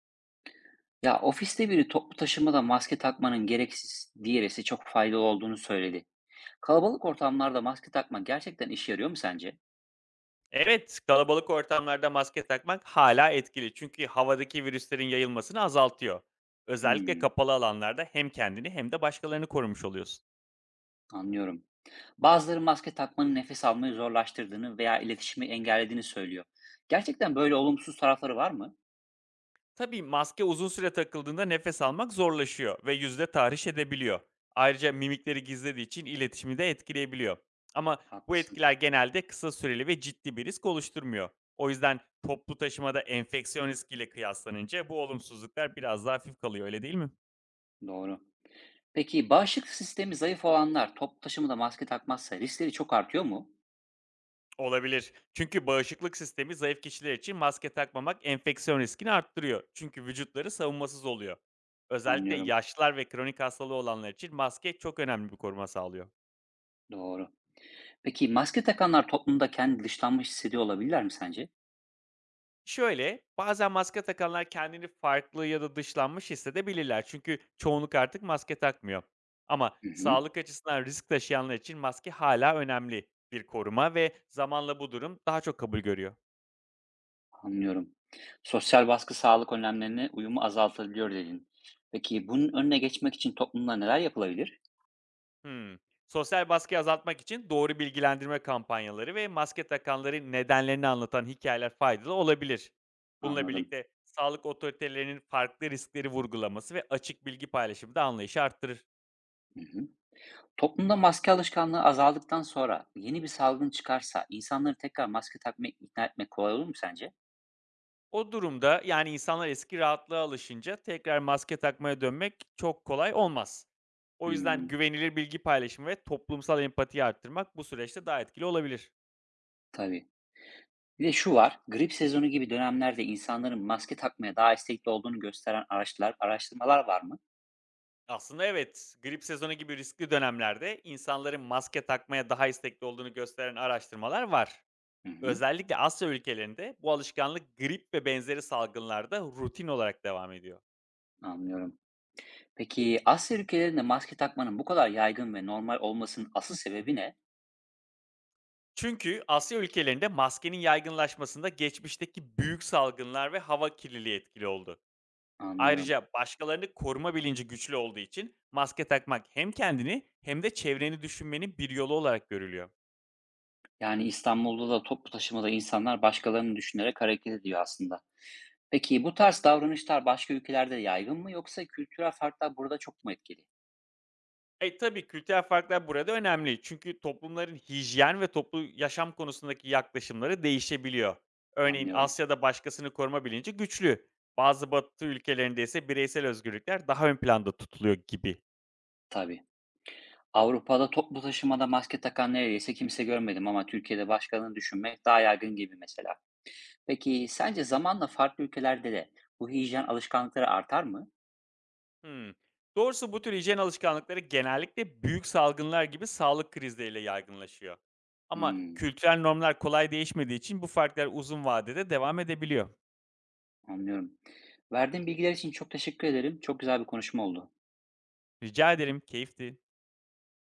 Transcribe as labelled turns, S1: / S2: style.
S1: Ya ofiste biri toplu taşımada maske takmanın gereksiz, diğerisi çok faydalı olduğunu söyledi. Kalabalık ortamlarda maske takma gerçekten işe yarıyor mu sence?
S2: Evet, kalabalık ortamlarda maske takmak hala etkili çünkü havadaki virüslerin yayılmasını azaltıyor. Özellikle
S1: Hmm,
S2: kapalı alanlarda hem kendini hem de başkalarını korumuş oluyorsun.
S1: anlıyorum. Bazıları maske takmanın nefes almayı zorlaştırdığını veya iletişimi engellediğini söylüyor. Gerçekten böyle olumsuz tarafları var mı?
S2: Tabii maske uzun süre takıldığında nefes almak zorlaşıyor ve yüzde tahriş edebiliyor. Ayrıca mimikleri gizlediği için iletişimi de etkileyebiliyor. Ama bu
S1: Haklısın,
S2: etkiler genelde kısa süreli ve ciddi bir risk oluşturmuyor. O yüzden toplu taşımada enfeksiyon riskiyle kıyaslanınca bu olumsuzluklar biraz daha hafif kalıyor, öyle değil mi?
S1: doğru. Peki bağışıklık sistemi zayıf olanlar toplu taşımada maske takmazsa riskleri çok artıyor mu?
S2: Olabilir. Çünkü bağışıklık sistemi zayıf kişiler için maske takmamak enfeksiyon riskini arttırıyor. Çünkü vücutları savunmasız oluyor. Özellikle
S1: Anlıyorum,
S2: yaşlılar ve kronik hastalığı olanlar için maske çok önemli bir koruma sağlıyor.
S1: doğru. Peki maske takanlar toplumda kendi dışlanmış hissediyor olabilirler mi sence?
S2: Şöyle, bazen maske takanlar kendini farklı ya da dışlanmış hissedebilirler. Çünkü çoğunluk artık maske takmıyor. Ama
S1: Hı hı.
S2: sağlık açısından risk taşıyanlar için maske hala önemli bir koruma ve zamanla bu durum daha çok kabul görüyor.
S1: Anlıyorum. Sosyal baskı sağlık önlemlerine uyumu azaltabiliyor dedin. Peki bunun önüne geçmek için toplumda neler yapılabilir?
S2: Hımm. Sosyal baskıyı azaltmak için doğru bilgilendirme kampanyaları ve maske takanların nedenlerini anlatan hikayeler faydalı olabilir. Bununla
S1: Anladım.
S2: birlikte sağlık otoritelerinin farklı riskleri vurgulaması ve açık bilgi paylaşımı da anlayışı arttırır.
S1: Hı hı. Toplumda maske alışkanlığı azaldıktan sonra yeni bir salgın çıkarsa insanları tekrar maske takmaya ikna etmek kolay olur mu sence?
S2: O durumda, insanlar eski rahatlığa alışınca tekrar maske takmaya dönmek çok kolay olmaz. O yüzden
S1: Hmm,
S2: güvenilir bilgi paylaşımı ve toplumsal empatiyi arttırmak bu süreçte daha etkili olabilir.
S1: tabii. Bir de şu var, grip sezonu gibi dönemlerde insanların maske takmaya daha istekli olduğunu gösteren araştırmalar var mı?
S2: Aslında evet, grip sezonu gibi riskli dönemlerde insanların maske takmaya daha istekli olduğunu gösteren araştırmalar var.
S1: Hı hı,
S2: Özellikle Asya ülkelerinde bu alışkanlık grip ve benzeri salgınlarda rutin olarak devam ediyor.
S1: anlıyorum. Peki Asya ülkelerinde maske takmanın bu kadar yaygın ve normal olmasının asıl sebebi ne?
S2: Çünkü Asya ülkelerinde maskenin yaygınlaşmasında geçmişteki büyük salgınlar ve hava kirliliği etkili oldu.
S1: Anlıyorum.
S2: Ayrıca başkalarını koruma bilinci güçlü olduğu için maske takmak hem kendini hem de çevreni düşünmenin bir yolu olarak görülüyor.
S1: Yani İstanbul'da da toplu taşımada insanlar başkalarını düşünerek hareket ediyor aslında. Peki bu tarz davranışlar başka ülkelerde yaygın mı yoksa kültürel farklar burada çok mu etkili?
S2: Tabii kültürel farklar burada önemli. Çünkü toplumların hijyen ve toplu yaşam konusundaki yaklaşımları değişebiliyor. Örneğin
S1: Anlıyorum.
S2: Asya'da başkasını koruma bilinci güçlü. Bazı Batı ülkelerinde ise bireysel özgürlükler daha ön planda tutuluyor gibi.
S1: Tabii. Avrupa'da toplu taşımada maske takan neredeyse kimse görmedim ama Türkiye'de başkalarını düşünmek daha yaygın gibi mesela. Peki sence zamanla farklı ülkelerde de bu hijyen alışkanlıkları artar mı?
S2: Hmm. Doğrusu bu tür hijyen alışkanlıkları genellikle büyük salgınlar gibi sağlık krizleriyle yaygınlaşıyor. Ama
S1: Hmm,
S2: kültürel normlar kolay değişmediği için bu farklar uzun vadede devam edebiliyor.
S1: anlıyorum. Verdiğin bilgiler için çok teşekkür ederim. Çok güzel bir konuşma oldu.
S2: Rica ederim, keyifti.